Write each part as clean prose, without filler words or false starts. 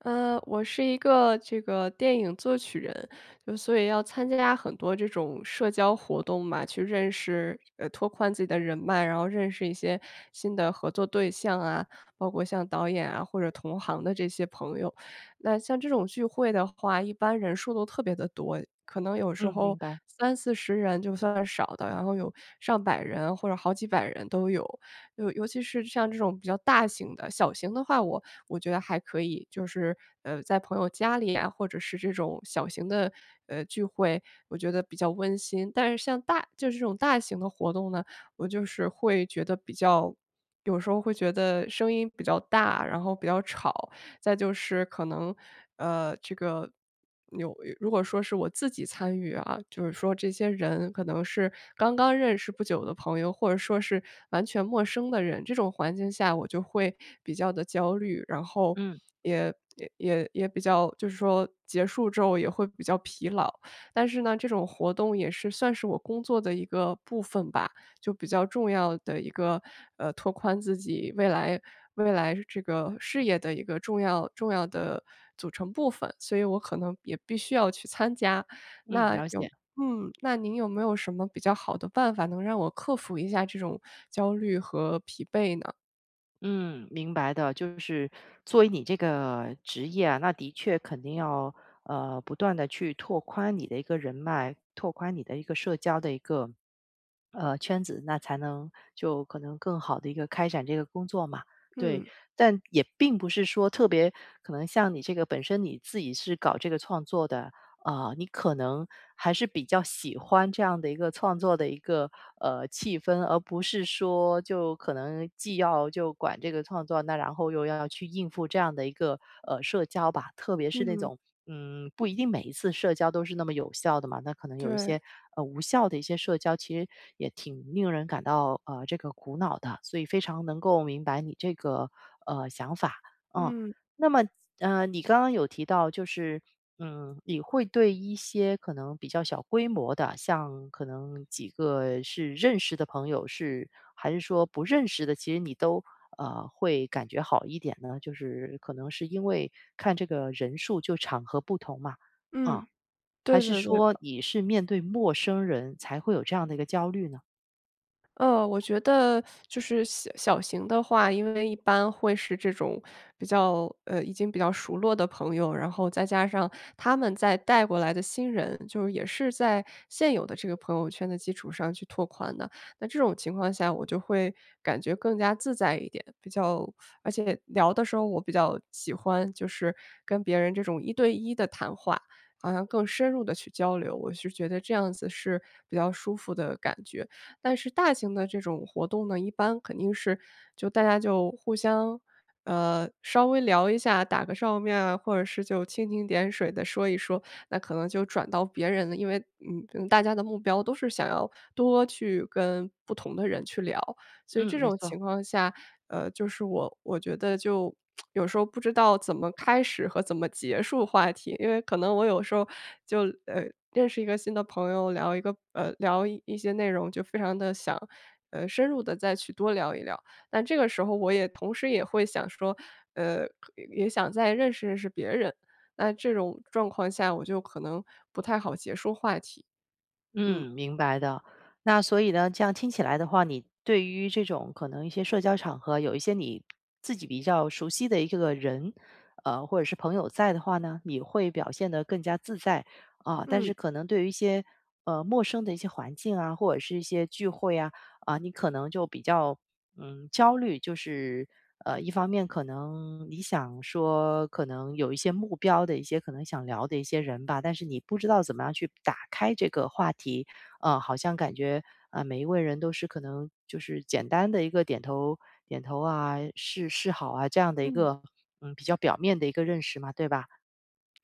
我是一个这个电影作曲人，就所以要参加很多这种社交活动嘛，去认识拓宽自己的人脉，然后认识一些新的合作对象啊，包括像导演啊或者同行的这些朋友。那像这种聚会的话，一般人数都特别的多，可能有时嗯，明候白。三四十人就算是少的，然后有上百人或者好几百人都有。尤其是像这种比较大型的，小型的话，我觉得还可以，就是在朋友家里啊，或者是这种小型的聚会，我觉得比较温馨。但是像就是这种大型的活动呢，我就是会觉得比较。有时候会觉得声音比较大，然后比较吵，再就是可能，这个如果说是我自己参与啊，就是说这些人可能是刚刚认识不久的朋友，或者说是完全陌生的人，这种环境下我就会比较的焦虑，然后嗯，也比较就是说结束之后也会比较疲劳。但是呢，这种活动也是算是我工作的一个部分吧，就比较重要的一个，拓宽自己未来这个事业的一个重要的组成部分，所以我可能也必须要去参加。嗯，那了解。有那您有没有什么比较好的办法能让我克服一下这种焦虑和疲惫呢？嗯，明白的。就是作为你这个职业啊，那的确肯定要不断的去拓宽你的一个人脉，拓宽你的一个社交的一个圈子，那才能就可能更好的一个开展这个工作嘛。对，嗯，但也并不是说特别可能像你这个本身你自己是搞这个创作的，啊，你可能还是比较喜欢这样的一个创作的一个气氛，而不是说就可能既要就管这个创作，那然后又要去应付这样的一个社交吧，特别是那嗯，种。嗯，不一定每一次社交都是那么有效的嘛，那可能有一对，些无效的一些社交，其实也挺令人感到这个苦恼的，所以非常能够明白你这个想法，嗯，嗯，那么，你刚刚有提到，就是，嗯，你会对一些可能比较小规模的，像可能几个是认识的朋友是，还是说不认识的，其实你都会感觉好一点呢？就是可能是因为看这个人数就场合不同嘛，啊，嗯，还对是对对。说你是面对陌生人才会有这样的一个焦虑呢？我觉得就是小型的话，因为一般会是这种比较已经比较熟络的朋友，然后再加上他们在带过来的新人，就是也是在现有的这个朋友圈的基础上去拓宽的。那这种情况下，我就会感觉更加自在一点，而且聊的时候，我比较喜欢就是跟别人这种一对一的谈话，好像更深入的去交流，我是觉得这样子是比较舒服的感觉。但是大型的这种活动呢，一般肯定是就大家就互相，稍微聊一下，打个照面啊，或者是就蜻蜓点水的说一说，那可能就转到别人了。因为，大家的目标都是想要多去跟不同的人去聊。所以嗯，这没种错。情况下，就是我觉得就有时候不知道怎么开始和怎么结束话题，因为可能我有时候就呃认识一个新的朋友，聊一些内容，就非常的想深入的再去多聊一聊。但这个时候我也同时也会想说，可也想再认识认识别人。那这种状况下，我就可能不太好结束话题。嗯，明白的。那所以呢，这样听起来的话，你对于这种可能一些社交场合，有一些你自己比较熟悉的一个个人，或者是朋友在的话呢，你会表现得更加自在啊。但是嗯可能对于一些陌生的一些环境啊，或者是一些聚会啊，啊，你可能就比较嗯焦虑，就是一方面可能你想说，可能有一些目标的一些可能想聊的一些人吧，但是你不知道怎么样去打开这个话题，好像感觉啊、每一位人都是可能就是简单的一个点头、点头啊，示好啊这样的一嗯。个嗯比较表面的一个认识嘛，对吧？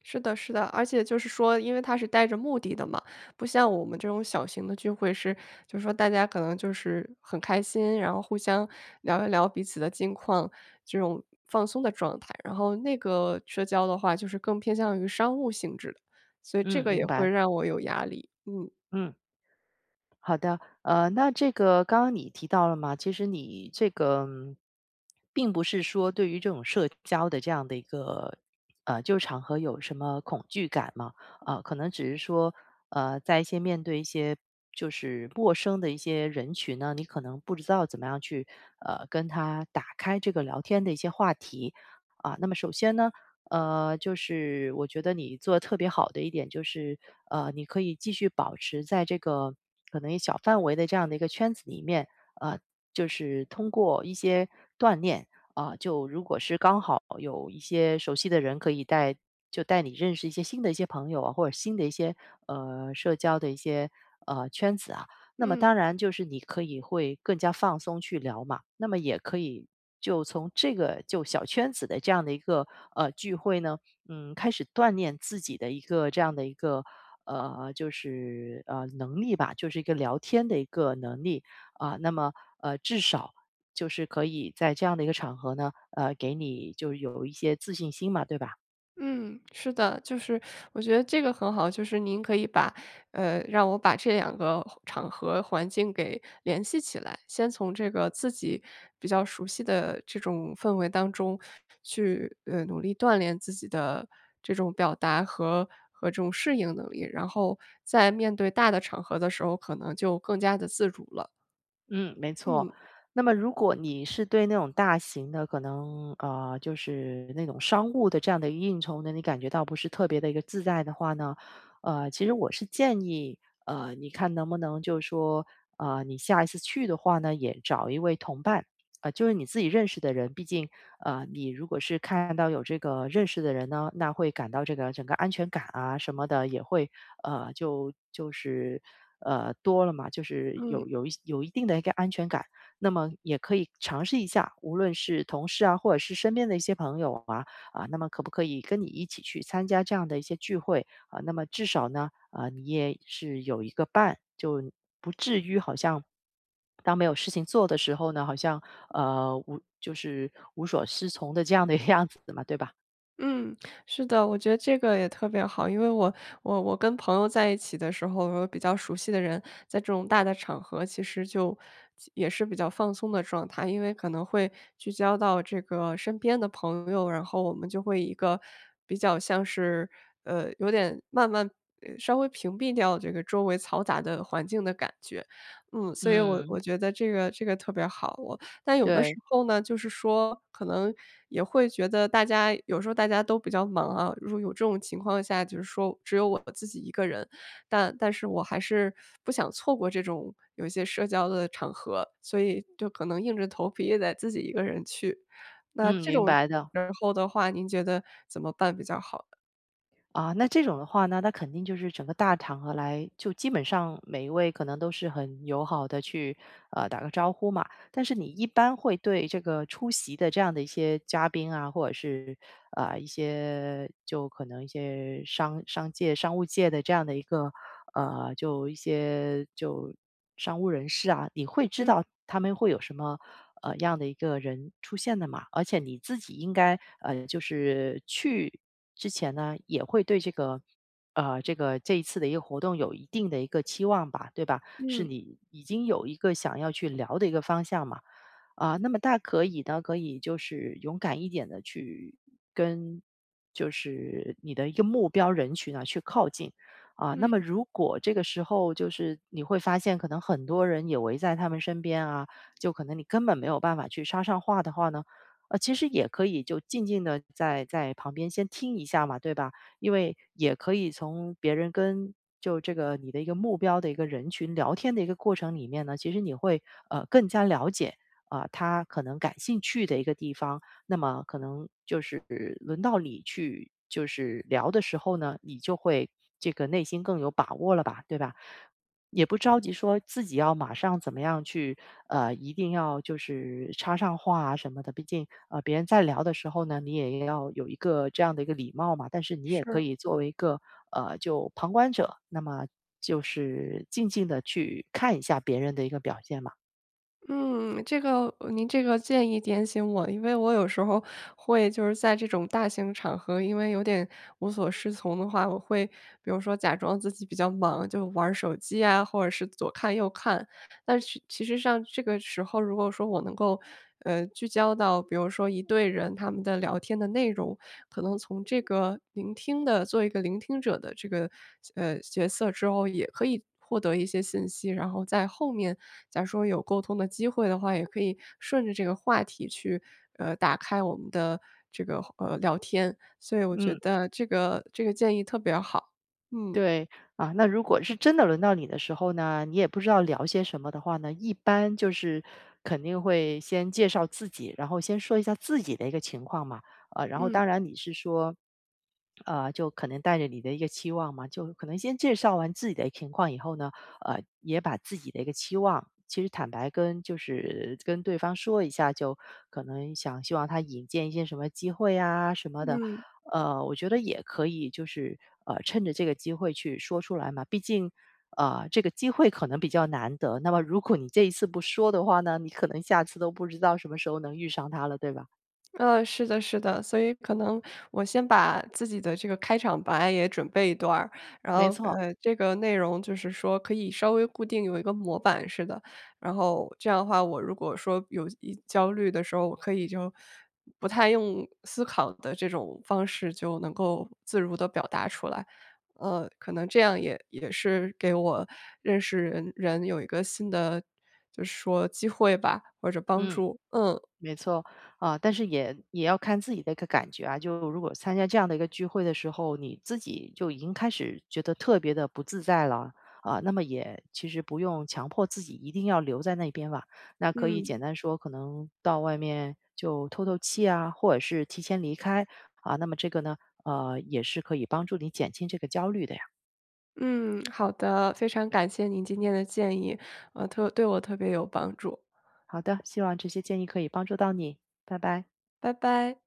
是的，是的，而且就是说，因为他是带着目的的嘛，不像我们这种小型的聚会是，就是说大家可能就是很开心，然后互相聊一聊彼此的近况，这种放松的状态。然后那个社交的话，就是更偏向于商务性质的，所以这嗯，个明也会白，让我有压力。嗯。嗯。好的，那这个刚刚你提到了嘛，其实你这个嗯并不是说对于这种社交的这样的一个就场合有什么恐惧感嘛？啊、可能只是说在一些面对一些就是陌生的一些人群呢，你可能不知道怎么样去跟他打开这个聊天的一些话题啊、那么首先呢，就是我觉得你做的特别好的一点就是，你可以继续保持在这个可能一小范围的这样的一个圈子里面，呃，就是通过一些锻炼啊、就如果是刚好有一些熟悉的人可以带，就带你认识一些新的一些朋友啊，或者新的一些社交的一些圈子啊。那么嗯。当然就是你可以会更加放松去聊嘛，那么也可以就从这个就小圈子的这样的一个聚会呢，嗯，开始锻炼自己的一个这样的一个能力吧，就是一个聊天的一个能力啊、那么至少。就是可以在这样的一个场合呢，给你就是有一些自信心嘛，对吧？嗯，是的，就是我觉得这个很好，就是您可以把，呃，让我把这两个场合环境给联系起来，先从这个自己比较熟悉的这种氛围当中去，努力锻炼自己的这种表达和这种适应能力，然后在面对大的场合的时候，可能就更加的自主了。嗯，没错。嗯，那么如果你是对那种大型的，可能就是那种商务的这样的一个应酬呢，你感觉到不是特别的一个自在的话呢，其实我是建议，你看能不能就是说，你下一次去的话呢，也找一位同伴，就是你自己认识的人，毕竟，你如果是看到有这个认识的人呢，那会感到这个整个安全感啊什么的也会就是多了嘛，就是嗯。有一定的一个安全感，那么也可以尝试一下，无论是同事啊，或者是身边的一些朋友啊，啊，那么可不可以跟你一起去参加这样的一些聚会啊？那么至少呢，啊，你也是有一个伴，就当没有事情做的时候呢，好像呃无就是无所适从的这样的 样子嘛，对吧？嗯，是的，我觉得这个也特别好，因为我跟朋友在一起的时候，我比较熟悉的人，在这种大的场合，其实就也是比较放松的状态，因为可能会聚焦到这个身边的朋友，然后我们就会一个比较像是有点慢慢稍微屏蔽掉这个周围嘈杂的环境的感觉，所以我嗯，我觉得这个特别好，但有的时对，候呢，就是说可能也会觉得有时候大家都比较忙啊，如果有这种情况下，就是说只有我自己一个人，但是我还是不想错过这种有一些社交的场合，所以就可能硬着头皮也得自己一个人去。那嗯，这明种时白的。候的话，您觉得怎么办比较好？啊，那这种的话呢，那肯定就是整个大场合来，就基本上每一位可能都是很友好的去打个招呼嘛。但是你一般会对这个出席的这样的一些嘉宾啊，或者是啊、一些就可能一些商界、商务界的这样的一个就一些就商务人士啊，你会知道嗯他们会有什么样的一个人出现的嘛。而且你自己应该，就是去之前呢，也会对这个，这个这一次的一个活动有一定的一个期望吧，对吧？是嗯你已经有一个想要去聊的一个方向嘛。啊，那么大可以呢，可以就是勇敢一点的去跟就是你的一个目标人群啊去靠近啊。那么嗯，如果这个时候就是你会发现，可能很多人也围在他们身边啊，就可能你根本没有办法去插上话的话呢，其实也可以就静静的在旁边先听一下嘛，对吧？因为也可以从别人跟就这个你的一个目标的一个人群聊天的一个过程里面呢，其实你会更加了解啊，他可能感兴趣的一个地方，那么可能就是轮到你去就是聊的时候呢，你就会这个内心更有把握了吧，对吧？也不着急说自己要马上怎么样去，一定要就是插上话啊什么的。毕竟，别人在聊的时候呢，你也要有一个这样的一个礼貌嘛。但是你也可是。以作为一个，就旁观者，那么就是静静的去看一下别人的一个表现嘛。嗯，这个您这个建议点醒我了，因为我有时候会就是在这种大型场合，因为有点无所适从的话，我会比如说假装自己比较忙，就玩儿手机啊，或者是左看右看。但是其实上这个时候，如果说我能够聚焦到，比如说一队人他们的聊天的内容，可能从这个聆听的做一个聆听者的这个角色之后，也可以获得一些信息，然后在后面假如说有沟通的机会的话，也可以顺着这个话题去，打开我们的这个，聊天。所以我觉嗯。得这个建议特别好，嗯。对，啊，那如果是真的轮到你的时候呢，你也不知道聊些什么的话呢，一般就是肯定会先介绍自己，然后先说一下自己的一个情况嘛，然后嗯当然你是说，就可能带着你的一个期望嘛，就可能先介绍完自己的情况以后呢，也把自己的一个期望，其实坦白跟就是跟对方说一下，就可能想希望他引荐一些什么机会啊什么的，嗯。我觉得也可以，就是趁着这个机会去说出来嘛。毕竟，这个机会可能比较难得。那么，如果你这一次不说的话呢，你可能下次都不知道什么时候能遇上他了，对吧？是的，是的，所以可能我先把自己的这个开场白也准备一段儿，然没后错，这个内容就是说可以稍微固定有一个模板似的，然后这样的话，我如果说有焦虑的时候，我可以就不太用思考的这种方式就能够自如的表达出来，可能这样也是给我认识人有一个新的，就是说机会吧，或者帮嗯。助，嗯。没错，啊，但是也要看自己的一个感觉啊。就如果参加这样的一个聚会的时候，你自己就已经开始觉得特别的不自在了啊，那么也其实不用强迫自己一定要留在那边吧。那可以嗯。简单说，可能到外面就透透气啊，或者是提前离开啊。那么这个呢，也是可以帮助你减轻这个焦虑的呀。嗯，好的，非常感谢您今天的建议，对我特别有帮助，好的，希望这些建议可以帮助到你，拜拜。拜拜。